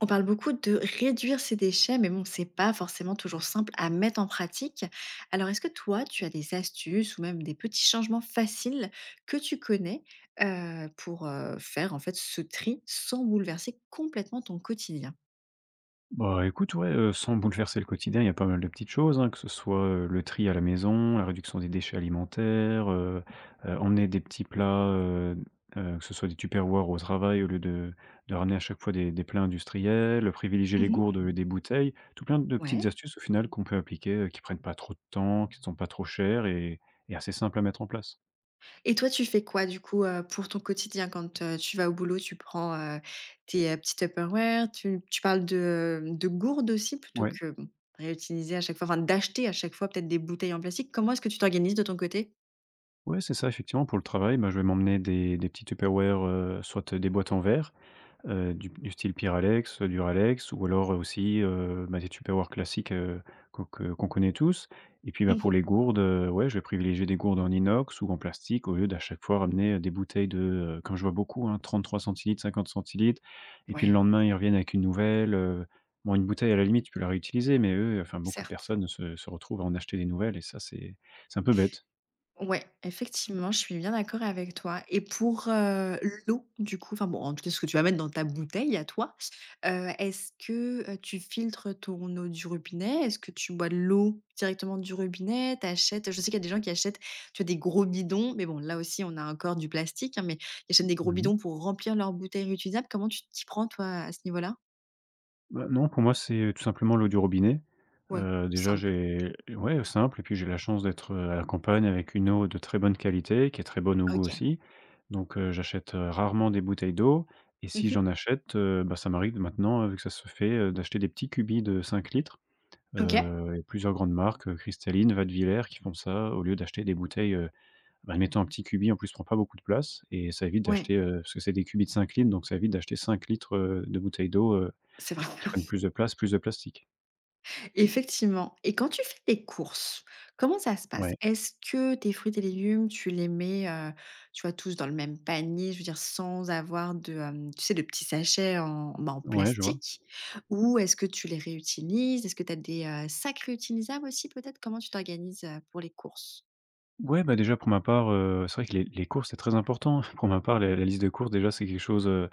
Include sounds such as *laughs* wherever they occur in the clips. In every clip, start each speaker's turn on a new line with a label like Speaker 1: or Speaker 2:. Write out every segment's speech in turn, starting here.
Speaker 1: On parle beaucoup de réduire ses déchets, mais bon, c'est pas forcément toujours simple à mettre en pratique. Alors, est-ce que toi, tu as des astuces ou même des petits changements faciles que tu connais pour faire en fait ce tri sans bouleverser complètement ton quotidien.
Speaker 2: Bah, écoute, ouais, sans bouleverser le quotidien, il y a pas mal de petites choses, hein, que ce soit, le tri à la maison, la réduction des déchets alimentaires, emmener des petits plats, que ce soit des tupperwares au travail au lieu de ramener à chaque fois des plats industriels, privilégier les
Speaker 1: Mhm.
Speaker 2: gourdes, des bouteilles, tout plein de petites
Speaker 1: Ouais.
Speaker 2: astuces au final qu'on peut appliquer, qui prennent pas trop de temps, qui sont pas trop chères et assez simples à mettre en place.
Speaker 1: Et toi, tu fais quoi du coup, pour ton quotidien quand, tu vas au boulot? Tu prends, tes, petits Tupperware, tu parles de gourdes aussi plutôt
Speaker 2: Ouais,
Speaker 1: que, bon, réutiliser à chaque fois, enfin d'acheter à chaque fois peut-être des bouteilles en plastique. Comment est-ce que tu t'organises de ton côté?
Speaker 2: ouais, c'est ça effectivement pour le travail, bah, je vais m'emmener des petits Tupperware, soit des boîtes en verre, du style Pyralex, Duralex, ou alors aussi, bah, des Tupperware classiques, qu'on connaît tous. Et puis, bah, pour
Speaker 1: Mmh.
Speaker 2: les gourdes, ouais, je vais privilégier des gourdes en inox ou en plastique au lieu d'à chaque fois ramener, des bouteilles de, quand je vois beaucoup, hein, 33 centilitres, 50 centilitres. Et puis le
Speaker 1: Ouais,
Speaker 2: lendemain, ils reviennent avec une nouvelle, Bon, une bouteille, à la limite, tu peux la réutiliser, mais eux, enfin, beaucoup de
Speaker 1: certes.
Speaker 2: personnes se retrouvent à en acheter des nouvelles, et ça, c'est un peu bête.
Speaker 1: Ouais, effectivement, je suis bien d'accord avec toi et pour, l'eau du coup, enfin bon, en tout cas ce que tu vas mettre dans ta bouteille à toi, est-ce que, tu filtres ton eau du robinet? Est-ce que tu bois de l'eau directement du robinet? T'achètes, je sais qu'il y a des gens qui achètent, tu as des gros bidons, mais bon là aussi on a encore du plastique, hein, mais ils achètent des gros
Speaker 2: Mmh.
Speaker 1: bidons pour remplir leurs bouteilles réutilisables. Comment tu t'y prends toi à ce niveau-là?
Speaker 2: Bah, non, pour moi, c'est tout simplement l'eau du robinet.
Speaker 1: Ouais,
Speaker 2: Déjà,
Speaker 1: simple.
Speaker 2: j'ai ouais, simple, et puis j'ai la chance d'être, à la campagne, avec une eau de très bonne qualité, qui est très bonne au goût
Speaker 1: OK.
Speaker 2: aussi. Donc, j'achète, rarement des bouteilles d'eau, et si
Speaker 1: Mmh.
Speaker 2: j'en achète, bah, ça m'arrive maintenant, vu que ça se fait, d'acheter des petits cubis de 5 litres.
Speaker 1: OK.
Speaker 2: Il y a plusieurs grandes marques, Cristalines, Wattwiller qui font ça au lieu d'acheter des bouteilles, bah, admettons, un petit cubi, en plus, prend pas beaucoup de place, et ça évite
Speaker 1: Ouais,
Speaker 2: d'acheter, parce que c'est des cubis de 5 litres, donc ça évite d'acheter 5 litres, de bouteilles d'eau,
Speaker 1: c'est vrai.
Speaker 2: qui prennent plus de place, plus de plastique.
Speaker 1: Effectivement, et quand tu fais tes courses, comment ça se passe?
Speaker 2: Ouais,
Speaker 1: Est-ce que tes fruits et légumes, tu les mets, tu vois, tous dans le même panier? Je veux dire sans avoir de, tu sais, de petits sachets en, bah, en
Speaker 2: ouais, je vois.
Speaker 1: plastique, ou est-ce que tu les réutilises? Est-ce que tu as des, sacs réutilisables aussi peut-être? Comment tu t'organises, pour les courses?
Speaker 2: Ouais, bah, déjà pour ma part, c'est vrai que les courses, c'est très important. *laughs* Pour ma part, la liste de courses, déjà, c'est quelque chose, heu,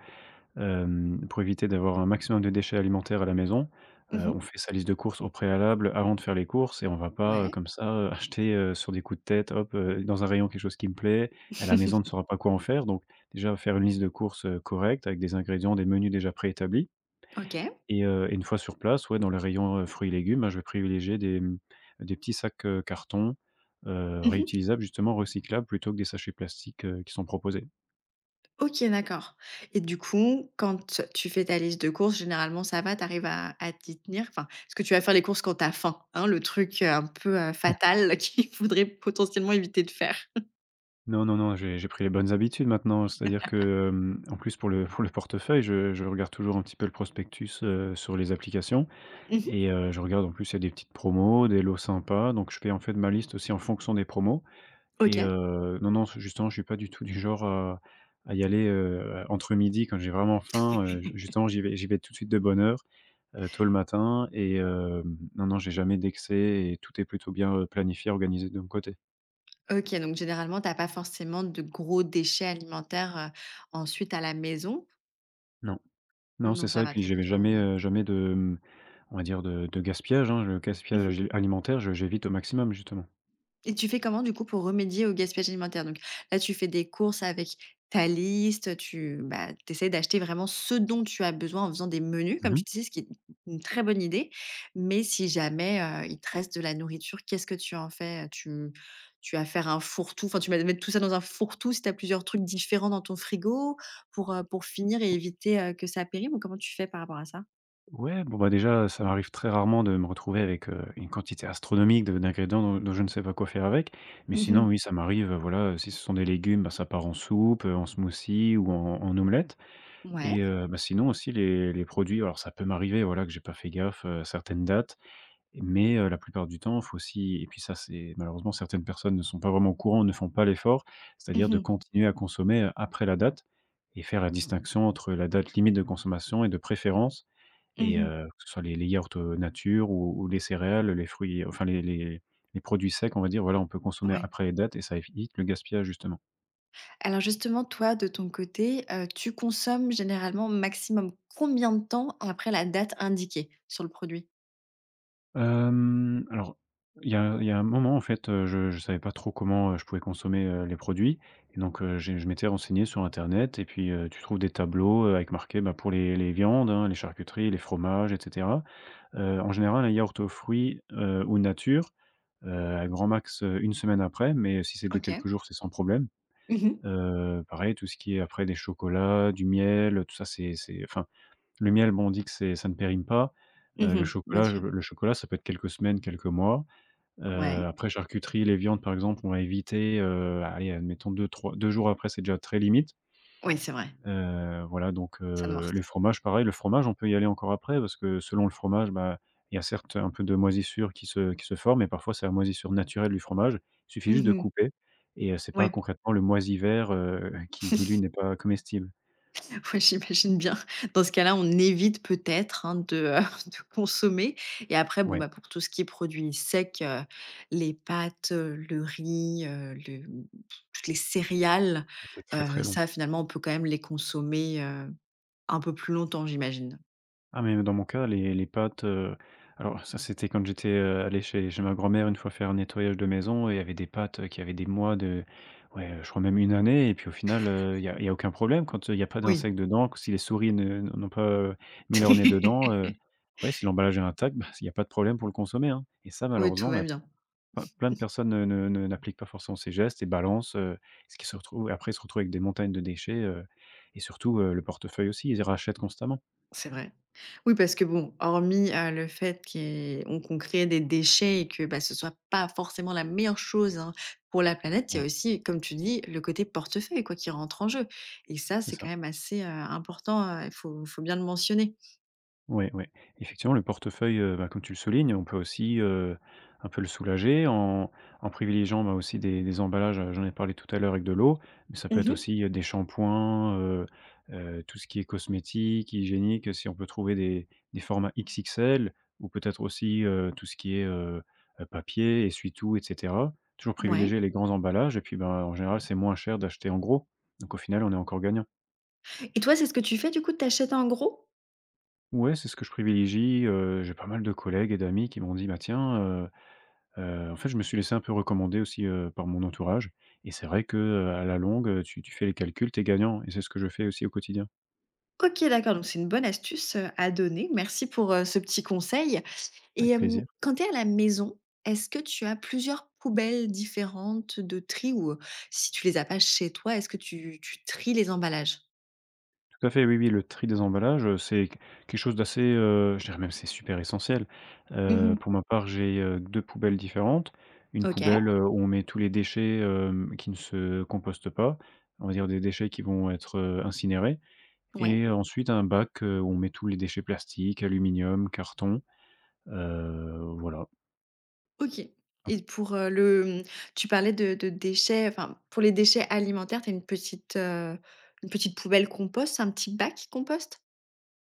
Speaker 2: hem, pour éviter d'avoir un maximum de déchets alimentaires à la maison.
Speaker 1: Mmh.
Speaker 2: On fait sa liste de courses au préalable avant de faire les courses, et on va pas,
Speaker 1: Ouais.
Speaker 2: comme ça, *laughs* acheter, sur des coups de tête, hop, dans un rayon quelque chose qui me plaît. À la maison, on ne
Speaker 1: *laughs*
Speaker 2: saura pas quoi en faire, donc déjà faire une liste de courses, correcte, avec des ingrédients, des menus déjà préétablis.
Speaker 1: OK.
Speaker 2: Et une fois sur place, ouais, dans les rayons, fruits et légumes, bah, je vais privilégier des, des petits sacs, carton,
Speaker 1: Mmh.
Speaker 2: réutilisables justement, recyclables, plutôt que des sachets plastiques, qui sont proposés.
Speaker 1: OK, d'accord, et du coup, quand tu fais ta liste de courses, généralement, ça va? Tu arrives à t'y tenir? Enfin, est-ce que tu vas faire les courses quand tu as faim, hein? Le truc, un peu, fatal *laughs* qu'il faudrait potentiellement éviter de faire.
Speaker 2: Non, non, non, j'ai pris les bonnes habitudes maintenant. C'est-à-dire que, en plus pour le *laughs* pour le portefeuille, je regarde toujours un petit peu le prospectus, sur les applications,
Speaker 1: Mmh.
Speaker 2: et je regarde, en plus il y a des petites promos, des lots sympas, donc je fais en fait ma liste aussi en fonction des promos. Et
Speaker 1: OK.
Speaker 2: non, non, justement, je suis pas du tout du genre à y aller, entre midi quand j'ai vraiment faim, ju justement, j'y vais tout de suite de bonne heure, tôt le matin, et non, non, j'ai jamais d'excès, et tout est plutôt bien, planifié, organisé de mon côté.
Speaker 1: OK, donc généralement, tu pas forcément de gros déchets alimentaires, ensuite à la maison?
Speaker 2: Non, non, c'est
Speaker 1: Non,
Speaker 2: ça,
Speaker 1: ça
Speaker 2: et
Speaker 1: va.
Speaker 2: puis
Speaker 1: T'es
Speaker 2: j'avais
Speaker 1: plutôt
Speaker 2: jamais,
Speaker 1: ouais.
Speaker 2: jamais de, on va dire, de gaspillage, hein, le
Speaker 1: Mmh.
Speaker 2: gaspillage alimentaire, je j'évite au maximum, justement.
Speaker 1: Et tu fais comment du coup pour remédier au gaspillage alimentaire? Donc là, tu fais des courses avec ta liste, tu, bah, essaies d'acheter vraiment ce dont tu as besoin en faisant des menus, comme tu
Speaker 2: Mmh.
Speaker 1: disais, ce qui est une très bonne idée. Mais si jamais, il te reste de la nourriture, qu'est-ce que tu en fais? Tu vas faire un fourre-tout, enfin tu vas mettre tout ça dans un fourre-tout si tu as plusieurs trucs différents dans ton frigo pour finir et éviter, que ça périme, ou comment tu fais par rapport à ça?
Speaker 2: Ouais, bon, bah, déjà, ça m'arrive très rarement de me retrouver avec, une quantité astronomique de d'ingrédients dont je ne sais pas quoi faire avec. Mais sinon,
Speaker 1: Mmh.
Speaker 2: oui, ça m'arrive, voilà, si ce sont des légumes, bah, ça part en soupe, en smoothie ou en omelette.
Speaker 1: Ouais.
Speaker 2: Et bah, sinon aussi les produits, alors ça peut m'arriver, voilà, que j'ai pas fait gaffe, à certaines dates, mais la plupart du temps, faut aussi, et puis ça, c'est malheureusement, certaines personnes ne sont pas vraiment au courant, ne font pas l'effort, c'est-à-dire
Speaker 1: Mmh
Speaker 2: de
Speaker 1: mh.
Speaker 2: continuer à consommer, après la date, et faire la distinction entre la date limite de consommation et de préférence. Et
Speaker 1: Mmh.
Speaker 2: que ce soit les yaourts, nature, ou les céréales, les fruits, enfin les produits secs, on va dire, voilà, on peut consommer
Speaker 1: Ouais.
Speaker 2: après les dates, et ça évite le gaspillage justement.
Speaker 1: Alors justement, toi, de ton côté, tu consommes généralement maximum combien de temps après la date indiquée sur le produit?
Speaker 2: Alors il y a un moment, en fait, je savais pas trop comment, je pouvais consommer, les produits, et donc j'ai je m'étais renseigné sur internet, et puis, tu trouves des tableaux, avec marqué, bah, pour les viandes, hein, les charcuteries, les fromages et cetera. En général, un yaourt aux fruits, ou nature, à grand max, 1 semaine après, mais si c'est de
Speaker 1: OK.
Speaker 2: quelques jours, c'est sans problème.
Speaker 1: Mmh mh.
Speaker 2: Pareil, tout ce qui est après, des chocolats, du miel, tout ça, c'est enfin, le miel, bon, on dit que c'est ça ne périme pas.
Speaker 1: Mmh. Bien sûr.
Speaker 2: Le chocolat, ça peut être quelques semaines, quelques mois.
Speaker 1: Ouais.
Speaker 2: Après, charcuterie, les viandes, par exemple, on va éviter, allez, admettons deux jours après, c'est déjà très limite.
Speaker 1: Oui, c'est vrai,
Speaker 2: Voilà, donc
Speaker 1: ça
Speaker 2: les
Speaker 1: noircit.
Speaker 2: fromages pareil, le fromage on peut y aller encore après, parce que selon le fromage, bah, il y a certes un peu de moisissure qui se forme, mais parfois c'est la moisissure naturelle du fromage. Il suffit juste de
Speaker 1: Mmh.
Speaker 2: couper, et c'est pas
Speaker 1: Ouais,
Speaker 2: concrètement le moisi vert, qui lui n'est pas comestible.
Speaker 1: *laughs* ouais, j'imagine bien. Dans ce cas-là, on évite peut-être, hein, de, *laughs* de consommer. Et après, bon,
Speaker 2: Ouais,
Speaker 1: bah, pour tout ce qui est produits secs, les pâtes, le riz, le toutes les céréales,
Speaker 2: ça c'est très, très long.
Speaker 1: ça, finalement, on peut quand même les consommer, un peu plus longtemps, j'imagine.
Speaker 2: Ah, mais dans mon cas, les pâtes, alors ça c'était quand j'étais, allé chez ma grand-mère une fois faire un nettoyage de maison, et il y avait des pâtes, qui avaient des mois de ouais, je crois même une année, et puis au final, il y a aucun problème quand, il y a pas
Speaker 1: Oui.
Speaker 2: d'insectes dedans, que si les souris ne n'ont pas, mis leur nez dedans,
Speaker 1: *laughs*
Speaker 2: ouais, si l'emballage est intact, bah, il y a pas de problème pour le consommer, hein. Et ça
Speaker 1: Oui, tout
Speaker 2: malheureusement,
Speaker 1: va
Speaker 2: bah,
Speaker 1: bien,
Speaker 2: plein de personnes ne ne ne n'appliquent pas forcément ces gestes, et balancent, ce qui se retrouve, après ils se retrouvent avec des montagnes de déchets, et surtout, le portefeuille aussi, ils rachètent constamment.
Speaker 1: c'est vrai. Oui, parce que bon, hormis, le fait qu'on crée des déchets et que, bah, ce soit pas forcément la meilleure chose, hein, pour la planète, il y a
Speaker 2: Ouais,
Speaker 1: aussi, comme tu dis, le côté portefeuille, quoi, qui rentre en jeu, et ça,
Speaker 2: c'est
Speaker 1: c'est quand
Speaker 2: ça.
Speaker 1: même assez, important, il faut bien le mentionner.
Speaker 2: Ouais, ouais. Effectivement, le portefeuille, bah, comme tu le soulignes, on peut aussi, un peu le soulager en en privilégiant, bah, aussi des emballages, j'en ai parlé tout à l'heure avec de l'eau, mais ça peut être
Speaker 1: Mmh.
Speaker 2: aussi, des shampoings, tout ce qui est cosmétique, hygiénique, si on peut trouver des formats XXL, ou peut-être aussi, tout ce qui est, papier, essuie-tout et cetera. Toujours
Speaker 1: Ouais,
Speaker 2: privilégier les grands emballages, et puis, ben, en général, c'est moins cher d'acheter en gros, donc au final, on est encore gagnant.
Speaker 1: et toi, c'est ce que tu fais, du coup, t'achètes en gros?
Speaker 2: Ouais, c'est ce que je privilégie, j'ai pas mal de collègues et d'amis qui m'ont dit: «Bah, tiens,» en fait, je me suis laissé un peu recommander aussi, par mon entourage, et c'est vrai que, à la longue, tu fais les calculs, t'es gagnant, et c'est ce que je fais aussi au quotidien,
Speaker 1: OK, d'accord, donc c'est une bonne astuce, à donner. Merci pour, ce petit conseil. Et
Speaker 2: avec plaisir.
Speaker 1: quand tu es à la maison, est-ce que tu as plusieurs poubelles différentes de tri, ou, si tu les as pas chez toi, est-ce que tu tries les emballages?
Speaker 2: Tout à fait, oui, oui, le tri des emballages, c'est q quelque chose d'assez, je dirais même, c'est super essentiel.
Speaker 1: Mmh.
Speaker 2: Pour ma part, j'ai, 2 poubelles différentes. Une
Speaker 1: OK,
Speaker 2: poubelle, où on met tous les déchets, qui ne se compostent pas, on va dire des déchets qui vont être, incinérés.
Speaker 1: ouais,
Speaker 2: Et ensuite un bac, où on met tous les déchets plastiques, aluminium, carton, voilà.
Speaker 1: OK.
Speaker 2: Donc
Speaker 1: Et pour, tu parlais de déchets, enfin, pour les déchets alimentaires, tu as une petite poubelle compost, un petit bac compost?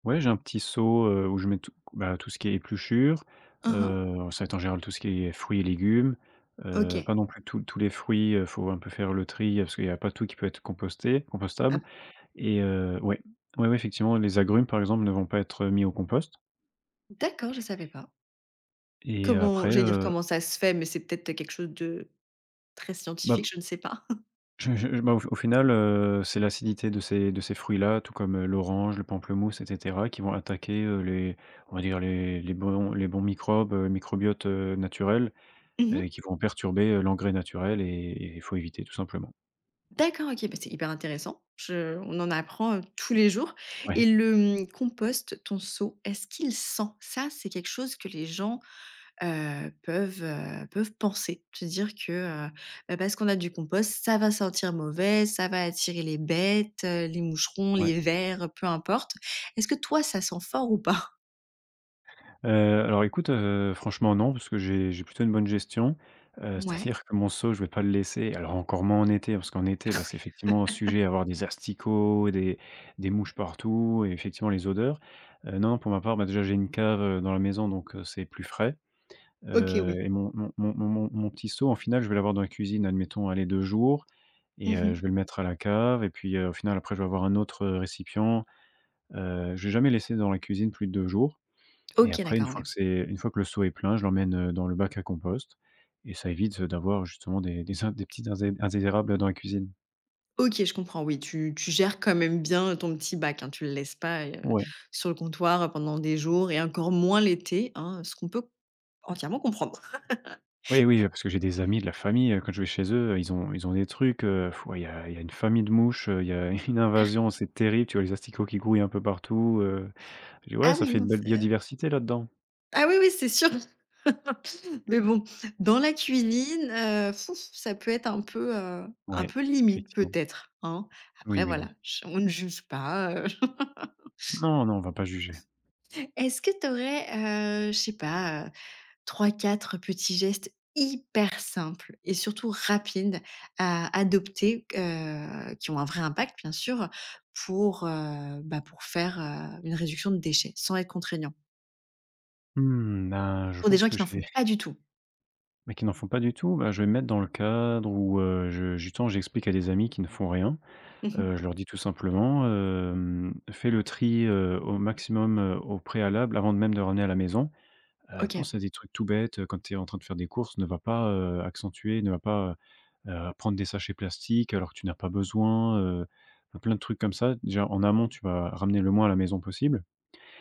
Speaker 2: ouais, j'ai un petit seau, où je mets tout, tout ce qui est épluchures,
Speaker 1: Hein, hein.
Speaker 2: ça va être en général tout ce qui est fruits et légumes,
Speaker 1: OK.
Speaker 2: pas non plus tous les fruits. Il faut un peu faire le tri parce qu'il n'y a pas tout qui peut être composté
Speaker 1: Ah,
Speaker 2: compostable. et heu, ouais, ouais, Effectivement, les agrumes par exemple ne vont pas être mis au compost.
Speaker 1: d'accord, je savais pas.
Speaker 2: Et
Speaker 1: Comment,
Speaker 2: après,
Speaker 1: j'allais dire, comment ça se fait, mais c'est peut-être quelque chose de très
Speaker 2: bah
Speaker 1: scientifique, je ne sais pas. *laughs*
Speaker 2: Au final, c'est l'acidité de ces fruits-là, tout comme, l'orange, le pamplemousse et cetera, qui vont attaquer, les, on va dire, les bons microbes, microbiote, naturel, et
Speaker 1: Mmh.
Speaker 2: qui vont perturber, l'engrais naturel, et il faut éviter tout simplement.
Speaker 1: D'accord, OK, bah, c'est hyper intéressant. Je on en apprend, tous les jours. Et
Speaker 2: Ouais,
Speaker 1: le, mmh, compost, ton seau, est-ce qu'il sent? Ça, c'est quelque chose que les gens, peuvent, peuvent penser. Se dire que, heu, bah, parce qu'on a du compost, ça va sentir mauvais, ça va attirer les bêtes, les moucherons,
Speaker 2: ouais.
Speaker 1: les vers, peu importe. Est-ce que toi, ça sent fort ou pas?
Speaker 2: Heu, alors écoute, franchement non, parce que j'ai plutôt une bonne gestion. *laughs*
Speaker 1: Ouais.
Speaker 2: C'est-à-dire que mon seau, je vais pas le laisser, alors encore moins en été, parce qu'en été, c'est effectivement sujet à avoir des asticots, des mouches partout, et effectivement les odeurs. Non, non, pour ma part, déjà j'ai une cave, dans la maison, donc c'est plus frais.
Speaker 1: OK,
Speaker 2: Heu
Speaker 1: oui.
Speaker 2: et mon petit seau, en final, je vais l'avoir dans la cuisine, admettons, allez, 2 jours, et
Speaker 1: Mmh.
Speaker 2: je vais le mettre à la cave, et puis, au final, après je vais avoir un autre, récipient. Je vais jamais laisser dans la cuisine plus de 2 jours, et
Speaker 1: OK,
Speaker 2: après, une
Speaker 1: d'accord,
Speaker 2: fois
Speaker 1: ouais.
Speaker 2: que c'est une fois que le seau est plein, je l'emmène, dans le bac à compost, et ça évite, d'avoir justement des petits indésirables dans la cuisine.
Speaker 1: OK, je comprends, oui, tu gères quand même bien ton petit bac, hein. Tu le laisses pas,
Speaker 2: Ouais.
Speaker 1: sur le comptoir pendant des jours, et encore moins l'été, hein, ce qu'on peut entièrement comprendre.
Speaker 2: Oui, oui, parce que j'ai des amis, de la famille, quand je vais chez eux, ils ont des trucs, ouais, il y a une famille de mouches, il y a *laughs* une invasion, c'est terrible, tu vois les asticots qui grouillent un peu partout. Je dis: «Ouais,
Speaker 1: Ah
Speaker 2: ça
Speaker 1: oui,
Speaker 2: fait
Speaker 1: non,
Speaker 2: une belle
Speaker 1: c'est
Speaker 2: biodiversité là-dedans».
Speaker 1: ah oui, oui, c'est sûr. *laughs* Mais bon, dans la cuisine, ça peut être un
Speaker 2: Ouais,
Speaker 1: peu limite
Speaker 2: effectivement.
Speaker 1: peut-être, hein.
Speaker 2: Oui,
Speaker 1: Après
Speaker 2: oui,
Speaker 1: voilà,
Speaker 2: oui.
Speaker 1: j on ne juge pas. *laughs*
Speaker 2: Non, non, on va pas juger.
Speaker 1: Est-ce que tu aurais, je sais pas, trois quatre petits gestes hyper simples et surtout rapides à adopter, qui ont un vrai impact bien sûr, pour, bah, pour faire, une réduction de déchets sans être contraignant.
Speaker 2: Hmm, ben, je
Speaker 1: Pour des
Speaker 2: pense
Speaker 1: gens
Speaker 2: que
Speaker 1: qui n'en font
Speaker 2: j'ai...
Speaker 1: pas du tout.
Speaker 2: Mais qui n'en font pas du tout, je vais me mettre dans le cadre où, je justement j'explique à des amis qui ne font rien.
Speaker 1: Mmh.
Speaker 2: Je leur dis tout simplement, hem: «Fais le tri, au maximum, au préalable, avant de même de ramener à la maison».
Speaker 1: OK,
Speaker 2: Pense à des trucs tout bêtes, quand tu es en train de faire des courses, ne va pas, accentuer, ne va pas, heu prendre des sachets plastiques alors que tu n'as pas besoin, enfin plein de trucs comme ça. Déjà en amont, tu vas ramener le moins à la maison possible.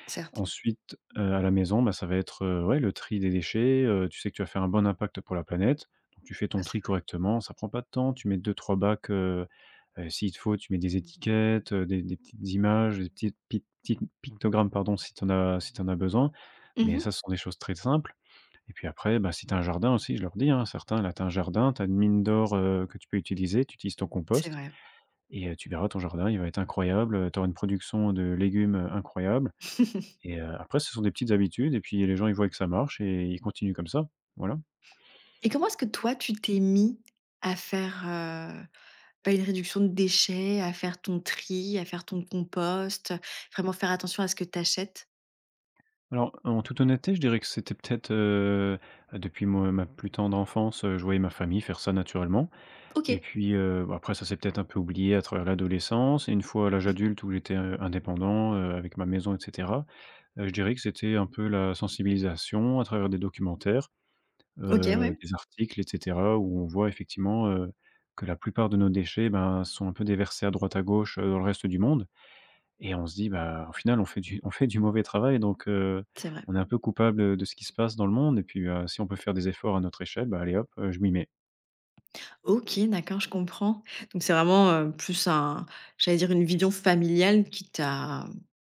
Speaker 1: certes.
Speaker 2: Ensuite, à la maison, ça va être, ouais, le tri des déchets. Tu sais que tu vas faire un bon impact pour la planète, donc tu fais
Speaker 1: Ouais,
Speaker 2: ton
Speaker 1: c'est
Speaker 2: tri
Speaker 1: vrai.
Speaker 2: correctement, ça prend pas de temps, tu mets deux trois bacs, s'il te faut, tu mets des étiquettes, des petites images, des petits pictogrammes, pardon, si tu en as si t'en as besoin, mais
Speaker 1: Mmh.
Speaker 2: ça, ce sont des choses très simples. Et puis après, si tu as un jardin aussi, je leur dis, hein, certains, là, tu as un jardin, tu as une mine d'or, que tu peux utiliser, tu utilises ton
Speaker 1: C'est
Speaker 2: compost,
Speaker 1: vrai.
Speaker 2: et tu verras, ton jardin, il va être incroyable, tu auras une production de légumes, incroyable.
Speaker 1: *laughs*
Speaker 2: Après, ce sont des petites habitudes, et puis les gens, ils voient que ça marche et ils continuent comme ça, voilà.
Speaker 1: Et comment est-ce que toi tu t'es mis à faire, bah, une réduction de déchets, à faire ton tri, à faire ton compost, vraiment faire attention à ce que tu achètes?
Speaker 2: Alors, en toute honnêteté, je dirais que c'était peut-être, depuis moi ma plus tendre enfance, je voyais ma famille faire ça naturellement,
Speaker 1: OK.
Speaker 2: et puis, après ça s'est peut-être un peu oublié à travers l'adolescence, et une fois à l'âge adulte, où j'étais, indépendant, avec ma maison et cetera, je dirais que c'était un peu la sensibilisation à travers des documentaires,
Speaker 1: OK, ouais,
Speaker 2: des articles et cetera, où on voit effectivement, que la plupart de nos déchets, ben, sont un peu déversés à droite à gauche, dans le reste du monde, et on se dit: au final, on fait du mauvais travail, donc
Speaker 1: c'est vrai.
Speaker 2: on est un peu coupable de ce qui se passe dans le monde, et puis, bah, si on peut faire des efforts à notre échelle, allez hop, je m'y mets».
Speaker 1: OK, d'accord, je comprends. Donc c'est vraiment, plus un, j'allais dire une vision familiale qui t'a,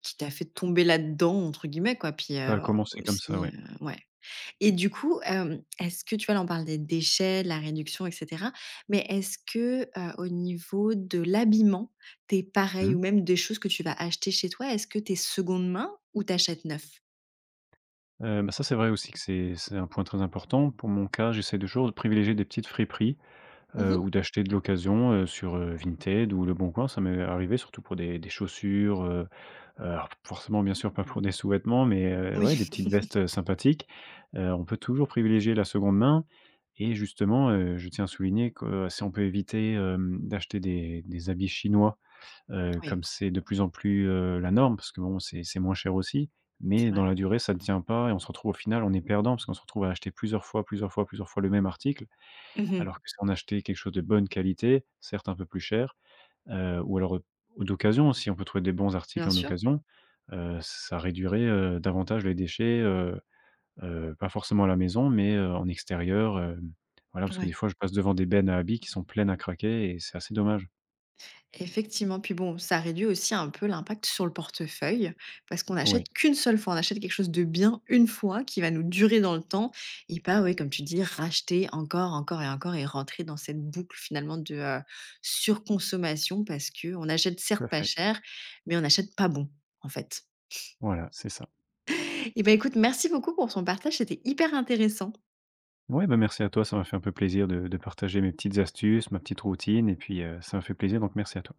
Speaker 1: qui t'a fait «tomber là-dedans» entre guillemets quoi, puis,
Speaker 2: Ça a commencé comme ça,
Speaker 1: aussi,
Speaker 2: ouais.
Speaker 1: ouais. Et du coup, est-ce que tu vois, là on parle des déchets, de la réduction et cetera, mais est-ce que, au niveau de l'habillement, t'es
Speaker 2: Mmh
Speaker 1: pareil, ou
Speaker 2: mh.
Speaker 1: même des choses que tu vas acheter chez toi, est-ce que t'es seconde main ou t'achètes neuf?
Speaker 2: Bah, ça, c'est vrai aussi que c'est un point très important. Pour mon cas, j'essaie toujours de privilégier des petites friperies,
Speaker 1: Mmh.
Speaker 2: ou d'acheter de l'occasion, sur, Vinted ou Le Bon Coin. Ça m'est arrivé surtout pour des chaussures, alors forcément, bien sûr, pas pour des sous-vêtements, mais ouais,
Speaker 1: Oui,
Speaker 2: des
Speaker 1: *laughs*
Speaker 2: petites vestes, sympathiques. On peut toujours privilégier la seconde main, et justement, je tiens à souligner que si on peut éviter, d'acheter des habits chinois,
Speaker 1: oui,
Speaker 2: comme c'est de plus en plus, la norme, parce que bon, c'est moins cher aussi,
Speaker 1: c'est
Speaker 2: mais
Speaker 1: vrai.
Speaker 2: dans la durée, ça ne tient pas, et on se retrouve au final, on est perdant parce qu'on se retrouve à acheter plusieurs fois, plusieurs fois, plusieurs fois le même article,
Speaker 1: Mmh.
Speaker 2: alors que si on achetait quelque chose de bonne qualité, certes un peu plus cher. Ou alors, d'occasion aussi, on peut trouver des bons articles
Speaker 1: Bien
Speaker 2: en
Speaker 1: sûr,
Speaker 2: occasion. Ça réduirait, davantage les déchets, pas forcément à la maison, mais, en extérieur, voilà, parce que des
Speaker 1: ouais.
Speaker 2: fois, je passe devant des bennes à habits qui sont pleines à craquer, et c'est assez dommage.
Speaker 1: Effectivement, puis bon, ça réduit aussi un peu l'impact sur le portefeuille parce qu'on n'achète
Speaker 2: Oui,
Speaker 1: qu'une seule fois, on achète quelque chose de bien une fois qui va nous durer dans le temps, et pas, oui, comme tu dis, racheter encore, encore et encore et rentrer dans cette boucle finalement de surconsommation parce que on achète
Speaker 2: tout
Speaker 1: certes
Speaker 2: à
Speaker 1: pas
Speaker 2: fait.
Speaker 1: cher, mais on n'achète pas bon en fait.
Speaker 2: Voilà, c'est ça.
Speaker 1: Et ben écoute, merci beaucoup pour ton partage, c'était hyper intéressant.
Speaker 2: Ouais, merci à toi, ça m'a fait un peu plaisir de partager mes petites astuces, ma petite routine, et puis, ça m'a fait plaisir, donc merci à toi.